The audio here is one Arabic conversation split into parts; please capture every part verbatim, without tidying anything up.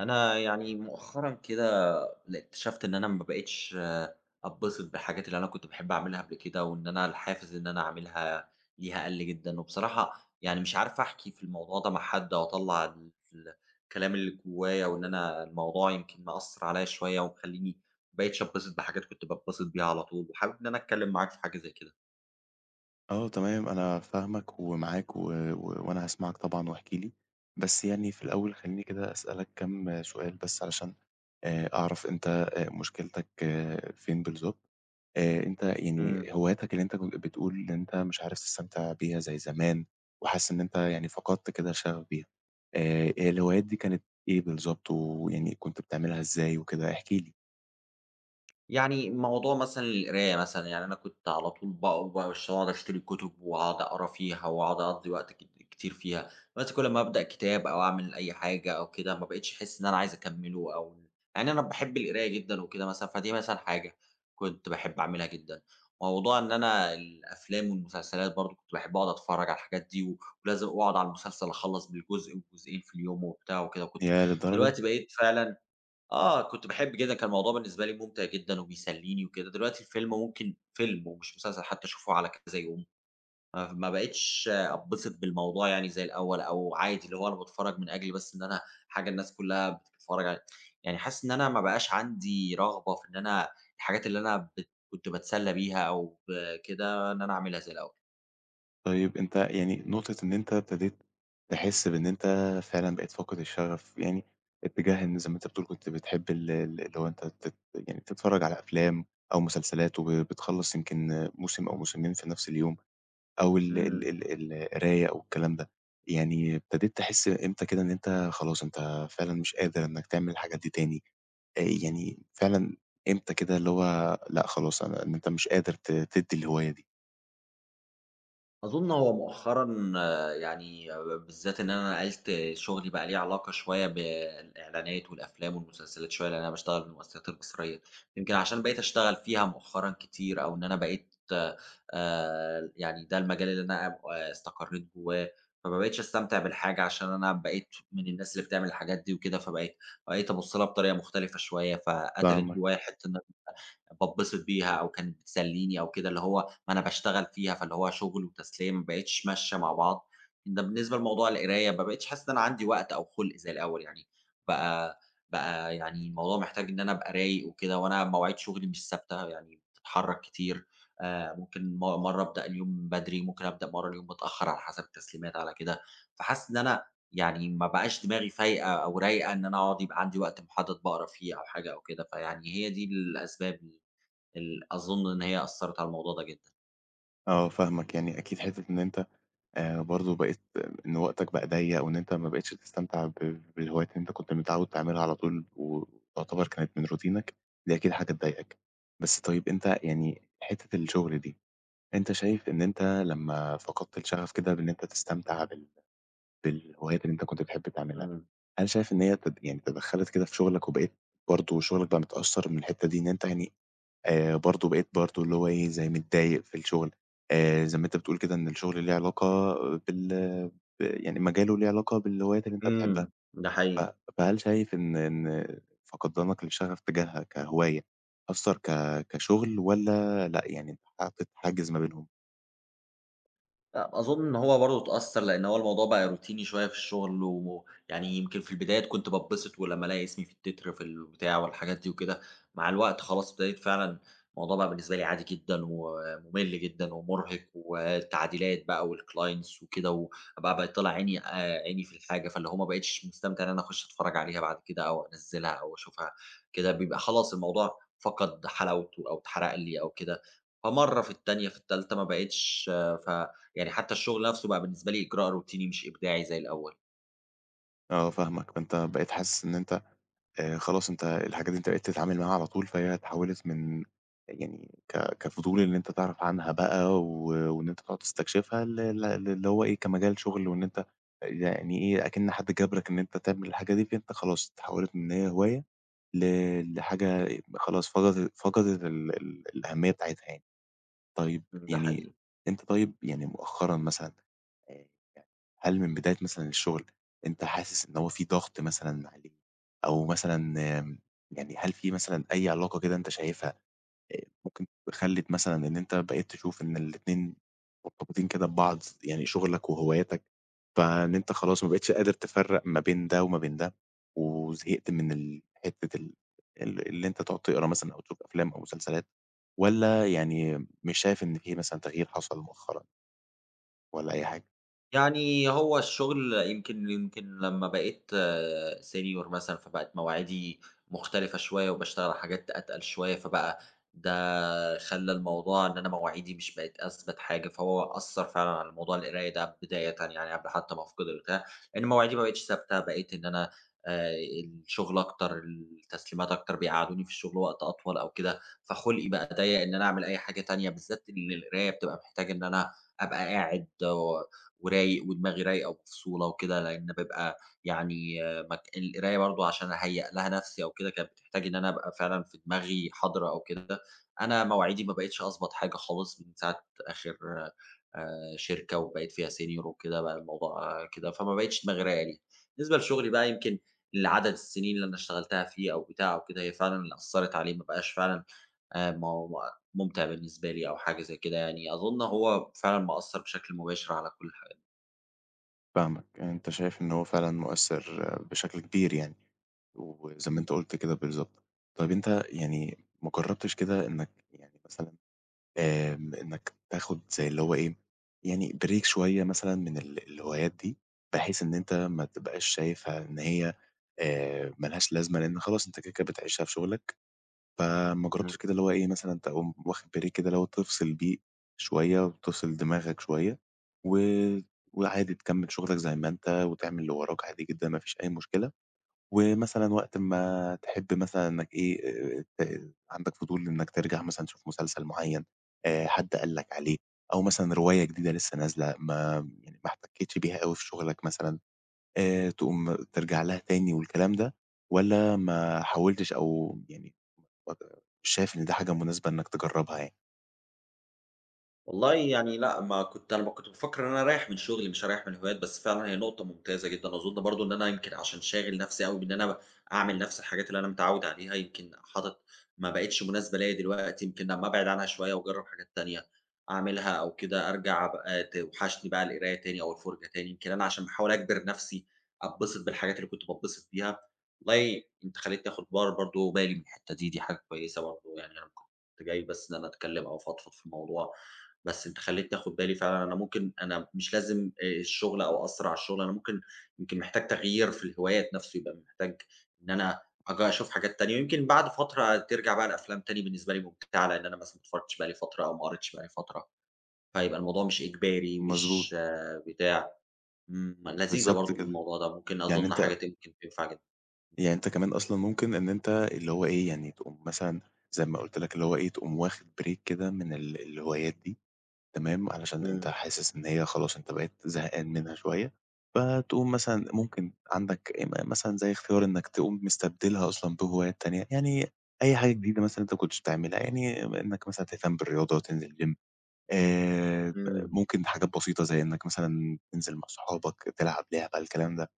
أنا يعني مؤخرًا كده ل اكتشفت إن أنا ما بقيتش أتبسط بالحاجات اللي أنا كنت باحب أعملها قبل كده، وإن أنا الحافز إن أنا أعملها ليها قَل جدًا، وبصراحة يعني مش عارف أحكي في الموضوع ده مع حد أو أطلّع ال الكلام اللي جوايا، وإن أنا الموضوع يمكن مأثّر عليَّ شوية ومخلّيني ما بقيتش أتبسط بحاجات كنت باتبسط بيها على طول، وحابب إن أنا أتكلّم معاك في حاجة زي آه تمام، أنا فاهمك ومعاك و و وأنا هاسمعك طبعًا، واحكِ لي. بس يعني في الأول خلّيني كده أسألك كام سؤال بس علشان آآ أعرف أنت آآ مشكلتك آه، فين بالضبط. آآ أنت يعني كده. هواياتك اللي أنت كنت بتقول إن أنت مش عارف تستمتع بيها زي زمان، وحاسس إن أنت يعني فقدت كده شغف بيها. آآ الهوايات دي كانت إيه بالضبط، ويعني كنت بتعملها إزاي وكده؟ احكِ لي. يعني موضوع مثلًا القراية مثلًا، يعني أنا كنت على طول ب باش باقعد أشتري كُتب وأقعد أقرا فيها وأقعد أقضّي وقت ك كتير فيها، بس كل ما أبدأ كتاب أو أعمل أي حاجة أو كده، ما بقيتش أحس إن أنا عايز أكمّله أو يعني أنا باحب القراية جدًا وكده مثلًا، فدي مثلًا حاجة كنت باحب أعملها جدًا. موضوع إن أنا الأفلام والمسلسلات برضه كنت باحب أقعد أتفرّج على الحاجات دي و ولازم واقعد على المسلسل أخلّص بالجزء والجزئين في اليوم وبتاع وكده وكنت ياه للدرجة! دلوقتي بقيت فعلًا آه، كنت باحب جدًا، كان الموضوع بالنسبة لي مُمتع جدًا وبيسلّيني وكده، دلوقتي الفيلم ممكن فيلم ومش مسلسل حتى أشوفه على كذا يوم، ما ما بقيتش أتبسط بالموضوع يعني زي الأول، أو عادي اللي هو أنا باتفرّج من أجل بس إن أنا حاجة الناس كلّها بتتفرّج علي يعني حاسس إن أنا ما بقاش عندي رغبة في إن أنا الحاجات اللي أنا بت كنت باتسلّى بيها أو ب كده إن أنا أعملها زي الأول. طيب أنت يعني نقطة إن أنت ابتديت تحس بإن أنت فعلًا بقيت فاقد الشغف، يعني اتجاه إن زي ما أنت بتقول كنت بتحب ال ال اللي هو أنت تت يعني تتفرج على أفلام أو مسلسلات، وبتخلّص يمكن موسم أو موسمين في نفس اليوم، أو ال ال إمم. ال القراية أو الكلام ده. يعني ابتديت تحس إمتى كده إن أنت خلاص أنت فعلًا مش قادر إنك تعمل الحاجات دي تاني؟ آآ يعني فعلًا إمتى كده اللي هو لأ خلاص أنا إن أنت مش قادر ت تدّي الهواية دي؟ أظن هو مؤخرًا آه، يعني آه، بالذات إن أنا نقلت شغلي بقى ليه علاقة شوية بالإعلانات والأفلام والمسلسلات شوية، لأن أنا باشتغل في المؤسسات البصرية، يمكن عشان بقيت أشتغل فيها مؤخرًا كتير أو إن أنا بقيت آآ يعني ده المجال اللي أنا أب استقريت جواه، فما بقيتش أستمتع بالحاجة عشان أنا بقيت من الناس اللي بتعمل الحاجات دي وكده، فبقيت بقيت أبُص لها بطريقة مختلفة شوية، فقتلت فاهمك. جوايا حتّة إن باتبسط بيها أو كانت بتسلّيني أو كده، اللي هو ما أنا باشتغل فيها، فاللي هو شغل وتسلية ما بقتش ماشية مع بعض. ده بالنسبة لموضوع القراية، ما بقيتش حاسس إن أنا عندي وقت أو خُلْق زي الأول يعني، بقى بقى يعني الموضوع محتاج إن أنا أبقى رايق وكده، وأنا مواعيد شغلي مش ثابتة، يعني بتتحرّك كتير، آآ ممكن م مرّة أبدأ اليوم بدري، ممكن أبدأ مرّة اليوم متأخّر على حسب التسليمات على كده، فحاسس إن أنا يعني ما بقاش دماغي فايقة أو رايقة إن أنا أقعد يبقى عندي وقت محدد باقرا فيه أو حاجة أو كده، فيعني هي دي الأسباب. ال أظن إن هي أثّرت على الموضوع ده جدًا. آه، فاهمك. يعني أكيد حتّة إن أنت آآ برضه بقيت إن وقتك بقى ضيّق، وإن أنت ما بقيتش تستمتع ب بالهوايات اللي أنت كنت متعوّد تعملها على طول، وتعتبر كانت من روتينك، دي أكيد حاجة تضايقك. بس طيب أنت يعني حتّة الشغل دي، أنت شايف إن أنت لمّا فقدت الشغف كده بإن أنت تستمتع بال بالهوايات اللي أنت كنت بتحب تعملها، إمم، هل شايف إن هي تد يعني تدخّلت كده في شغلك، وبقيت برضه شغلك بقى متأثّر من الحتّة دي، إن أنت يعني آآ برضه بقيت برضه اللي هو إيه، زي متضايق في الشغل، آآ زي ما أنت بتقول كده إن الشغل ليه علاقة بال ب يعني مجاله ليه علاقة بالهوايات اللي أنت بتحبها، إمم، ده ف حقيقي. فهل شايف إن إن فقدانك للشغف تجاهها كهواية أثّر ك كشغل والّا لأ، يعني أنت حاطط حاجز ما بينهم؟ لأ، أظُن إن هو برضه اتأثّر، لإن هو الموضوع بقى روتيني شوية في الشغل، ويعني يمكن في البدايات كنت باتبسط ولمّا ألاقي اسمي في التتر في البتاع والحاجات دي وكده، مع الوقت خلاص ابتديت فعلًا الموضوع بقى بالنسبة لي عادي جدًا، ومُمِل جدًا ومُرهق، والتعديلات بقى والclients وكده، وبقى بقى طالع عيني آآ، عيني في الحاجة، فاللي هو ما بقيتش مستمتع إن أنا أخُش أتفرّج عليها بعد كده أو أنزّلها أو أشوفها كده، بيبقى خلاص الموضوع فقد حلاوته أو اتحرق لي أو كده، فمَرّة في التانية في التالتة ما بقيتش آه، ف يعني حتى الشغل نفسه بقى بالنسبة لي إجراء روتيني مش إبداعي زي الأول، آه، فاهمك. فأنت بقيت حاسس إن أنت آآ خلاص أنت الحاجات دي أنت بقيت تتعامل معاها على طول، فهي اتحوّلت من يعني ك كفضول إن أنت تعرف عنها بقى، و وإن أنت تقعد تستكشفها ل ل للي هو إيه، كمجال شُغل، وإن أنت يعني إيه، أكِن حد جبرك إن أنت تعمل الحاجة دي، فأنت خلاص اتحوّلت من إن هي هواية ل لحاجة خلاص فقدت فقدت ال ال الأهمية بتاعتها يعني. طيب إمم، ده يعني حقيقي. أنت، طيب يعني مؤخرًا مثلًا، آآ يعني هل من بداية مثلًا الشغل، أنت حاسس إن هو في ضغط مثلًا عليك، أو مثلًا آمم يعني هل في مثلًا أي علاقة كده أنت شايفها، آآ ممكن خلِّت مثلًا إن أنت بقيت تشوف إن الاتنين مرتبطين كده ببعض، يعني شغلك وهواياتك، فإن أنت خلاص ما بقيتش قادر تفرّق ما بين ده وما بين ده، وزهقت من ال حتّة ال ال اللي أنت تقعد تقرا مثلًا أو تشوف أفلام أو مسلسلات، والّا يعني مش شايف إن في مثلًا تغيير حصل مؤخرًا، والّا أي حاجة؟ يعني هو الشغل يمكن يمكن لمّا بقيت senior مثلًا، فبقت مواعيدي مختلفة شوية وباشتغل على حاجات أتقل شوية، فبقى ده آه، خلّى الموضوع إن أنا مواعيدي مش بقت أثبت حاجة، فهو أثّر فعلًا على موضوع القراية ده بدايةً يعني قبل حتى ما أفقد البتاع، لإن مواعيدي ما بقتش ثابتة، بقيت إن أنا آآ الشغل أكتر، التسليمات أكتر، بيقعّدوني في الشغل وقت أطول أو كده، فخُلقي بقى ضيّق إن أنا أعمل أي حاجة تانية، بالذات إن القراية بتبقى محتاجة إن أنا أبقى قاعد و ورايق ودماغي رايقة ومفصولة وكده، لإن بابقى يعني آه، مك القراية برضه عشان أهيّأ لها نَفْسي أو كده، كانت بتحتاج إن أنا أبقى فعلًا في دماغي حاضرة أو كده. أنا مواعيدي ما بقِتش أضبط حاجة خالص من ساعة آخر آآ شركة وبقيت فيها senior وكده، بقى الموضوع آه، كده، فما بقِتش مغرية لي. بالنسبة لشغلي بقى يمكن لعدد السنين اللي أنا اشتغلتها فيه أو بتاع أو كده، هي فعلًا اللي أثّرت عليه، ما بقاش فعلًا آآ مو مُمتع بالنسبة لي أو حاجة زي كده يعني، أظُن هو فعلًا مأثّر بشكل مباشر على كل الحاجات. فاهمك. يعني أنت شايف إن هو فعلًا مؤثّر بشكل كبير يعني، وزي ما إمم، أنت قُلت كده بالضبط. طيب أنت يعني ما جرّبتش كده إنك يعني مثلًا آمم، إنك تاخد زي اللي هو إيه، يعني break شوية مثلًا من ال الهوايات دي، بحيث إن أنت ما تبقاش شايفها إن هي آآ، ما لهاش لازمة، لإن خلاص أنت كده، كده بتعيشها في شغلك، فما إمم. جربتش كده اللي هو إيه مثلًا تقوم واخد break كده اللي هو تفصل بيه شوية، وتفصل دماغك شوية، و وعادي تكمل شغلك زي ما أنت، وتعمل اللي وراك عادي جدًا، ما فيش أي مشكلة. ومثلًا وقت ما تحب مثلًا إنّك إيه، آآ، ت عندك فضول إنّك ترجع مثلًا تشوف مسلسل معيّن، آآ، حد قال لك عليه، أو مثلًا رواية جديدة لسّه نازلة، ما يعني ما احتكيتش بيها أوي في شغلك مثلًا، آآ، تقوم ترجع لها تاني والكلام ده، والّا ما حاولتش، أو يعني ما ت مش شايف إن دي حاجة مناسبة إنّك تجرّبها يعني؟ والله يعني لأ، ما كنت أنا ب كنت بافكّر إن أنا أريّح من شغلي مش هاريّح من الهوايات، بس فعلًا هي نقطة ممتازة جدًا، أظن برضه إن أنا يمكن عشان شاغل نفسي أوي بإن أنا أعمل نفس الحاجات اللي أنا متعوّد عليها، يمكن حاطط ما بقِتش مناسبة ليّا دلوقتي، يمكن لمّا أبعد عنها شوية وأجرّب حاجات تانية أعملها أو كده أرجع أبقى توحشني بقى القراية تاني أو الفُرجة تاني، يمكن أنا عشان باحاول أجبر نفسي أتبسط بالحاجات اللي كنت باتبسط بيها، والله أنت خلّيتني آخُد بار برضه بالي من الحتّة دي، دي حاجة كويسة برضه يعني أنا كنت جاي بس إن أنا أتكلّم أو أفضفض في الموضوع، بس أنت خلّيتني آخُد بالي فعلًا أنا ممكن أنا مش لازم آآ الشغل أو أأثّر على الشغل، أنا ممكن يمكن محتاج تغيير في الهوايات نَفْسه، يبقى محتاج إن أنا أج أشوف حاجات تانية، ويمكن بعد فترة ترجع بقى الأفلام تاني بالنسبة لي ممتعة، لإن أنا مثلًا ما اتفرّجتش بقى لي فترة أو ما قريتش بقى لي فترة، فيبقى الموضوع مش إجباري مضبوط، مش آه، بتاع. إمم، لذيذة بالضبط برضه كده. الموضوع ده، ممكن يعني أظُن أنت حاجة ت ممكن تنفع جدًا. يعني أنت كمان أصلًا ممكن إن أنت اللي هو إيه، يعني تقوم مثلًا زي ما قُلت لك اللي هو إيه، تقوم واخد break كده من ال الهوايات دي. تمام، علشان إمم، أنت حاسس إن هي خلاص أنت بقيت زهقان منها شوية، فتقوم مثلًا ممكن عندك م مثلًا زي اختيار إنك تقوم مستبدلها أصلًا بهوايات تانية، يعني أي حاجة جديدة مثلًا أنت ما كنتش بتعملها، يعني إنك مثلًا تهتم بالرياضة، تنزل جيم، آآ، إمم. ممكن حاجات بسيطة زي إنك مثلًا تنزل مع صحابك، تلعب لعبة، الكلام ده،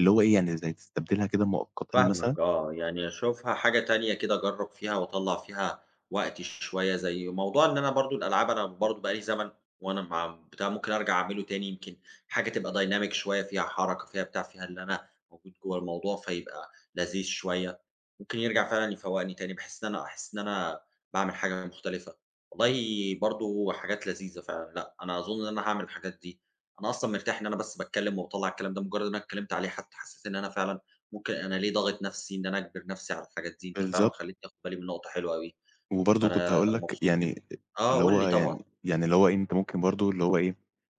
اللي هو إيه يعني زي تستبدلها كده مؤقتًا مثلًا. فاهمك آه، يعني أشوفها حاجة تانية كده أجرّب فيها وأطلّع فيها وقتي شوية، زي موضوع إن أنا برضه الألعاب أنا برضه بقى لي زمن وأنا مع بتاع ممكن أرجع أعمله تاني، يمكن حاجة تبقى dynamic شوية فيها حركة، فيها بتاع، فيها اللي أنا موجود جوّه الموضوع، فيبقى لذيذ شوية، ممكن يرجع فعلًا يفوّقني تاني، بحيث إن أنا أحس إن أنا باعمل حاجة مختلفة. والله برضه حاجات لذيذة فعلًا، لأ، أنا أظن إن أنا هاعمل الحاجات دي، أنا أصلًا مرتاح إن أنا بس باتكلّم وباطلّع الكلام ده، مجرّد إن أنا اتكلّمت عليه حتى حسّيت إن أنا فعلًا ممكن أنا ليه ضاغط نفسي إن أنا أجبر نفسي على الحاجات دي، أنت فعلًا بالضبط. خلّيتني آخُد بالي من نقطة حلوة أوي، وبرضه كنت فأنا هاقول لك، مبسوط جدًا. يعني آه، اللي قُل هو لي طبعًا، يعني يعني اللي هو إيه، أنت ممكن برضه اللي هو إيه،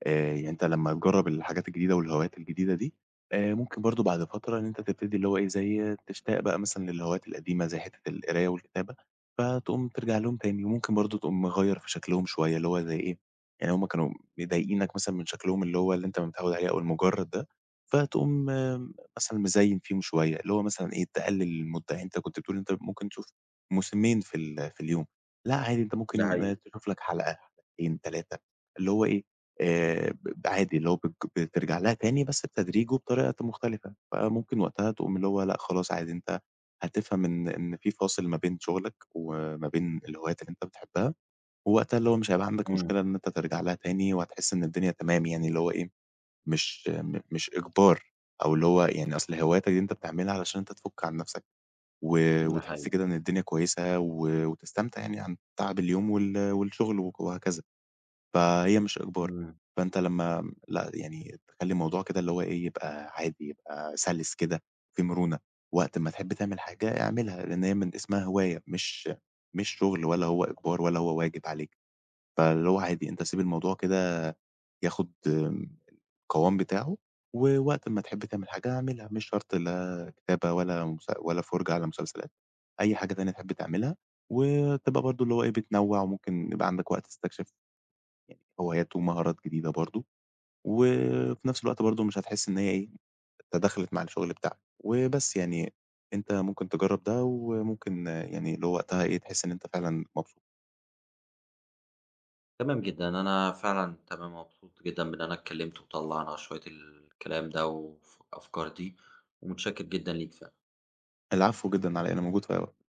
آآ يعني أنت لمّا تجرّب الحاجات الجديدة والهوايات الجديدة دي، آآ ممكن برضه بعد فترة إن أنت تبتدي اللي هو إيه، زي تشتاق بقى مثلًا للهوايات القديمة زي حتّة القراية والكتابة، فتقوم ترجع لهم تاني، وممكن برضه تقوم مغيّر في شكلهم شوية، اللي هو زي إيه، يعني هم كانوا مضايقينك مثلًا من شكلهم اللي هو اللي أنت متعوّد عليه أو المُجرّد ده، فتقوم آه، مثلًا مزيّن فيهم شوية، اللي هو مثلًا إيه، تقلل المدة، يعني أنت كنت بتقول أنت ممكن تشوف موسمين في ال في اليوم، لأ عادي أنت ده ممكن حقيقي، تشوف لك حلقة، حلقتين، تلاتة، اللي هو إيه، آآ ب عادي اللي هو بتج بترجع لها تاني بس بتدريج وبطريقة مختلفة، فممكن وقتها تقوم اللي هو لأ خلاص عادي أنت هتفهم إن إن في فاصل ما بين شغلك وما بين الهوايات اللي أنت بتحبها، ووقتها اللي هو مش هيبقى عندك إمم، مشكلة إن أنت ترجع لها تاني، وهتحس إن الدنيا تمام، يعني اللي هو إيه، مش م مش إجبار، أو اللي هو يعني أصل هواياتك دي أنت بتعملها علشان أنت تفُك عن نفسك، و ده وتحس حقيقي، كده إن الدنيا كويسة، و وتستمتع يعني عن تعب اليوم وال والشغل وك وهكذا، فهي مش إجبار. إمم، فأنت لمّا لأ يعني تخلّي الموضوع كده اللي هو إيه، يبقى عادي، يبقى سَلِس كده، في مرونة، وقت ما تحب تعمل حاجة اعملها، لإن هي من اسمها هواية، مش مش شغل ولا هو إجبار ولا هو واجب عليك، فاللي هو عادي أنت سيب الموضوع كده ياخد القوام بتاعه، ووقت ما تحب تعمل حاجة اعملها، مش شرط لا كتابة ولا مس ولا فُرجة على مسلسلات. أي حاجة تانية تحب تعملها، وتبقى برضه اللي هو إيه، بتنوّع، وممكن يبقى عندك وقت تستكشف هوايات ومهارات جديدة برضه، وفي نفس الوقت برضه مش هتحس إن هي إيه، تداخلت مع الشغل بتاعك، وبس يعني أنت ممكن تجرّب ده، وممكن آه، يعني اللي هو وقتها إيه، تحس إن أنت فعلًا مبسوط. تمام جدًا، أنا فعلًا تمام مبسوط جدًا بإن أنا اتكلّمت وطلّعنا شوية الكلام ده والف الأفكار دي، ومتشكّر جدًا ليك ف العفو جدًا، على إيه، أنا موجود في أي وقت.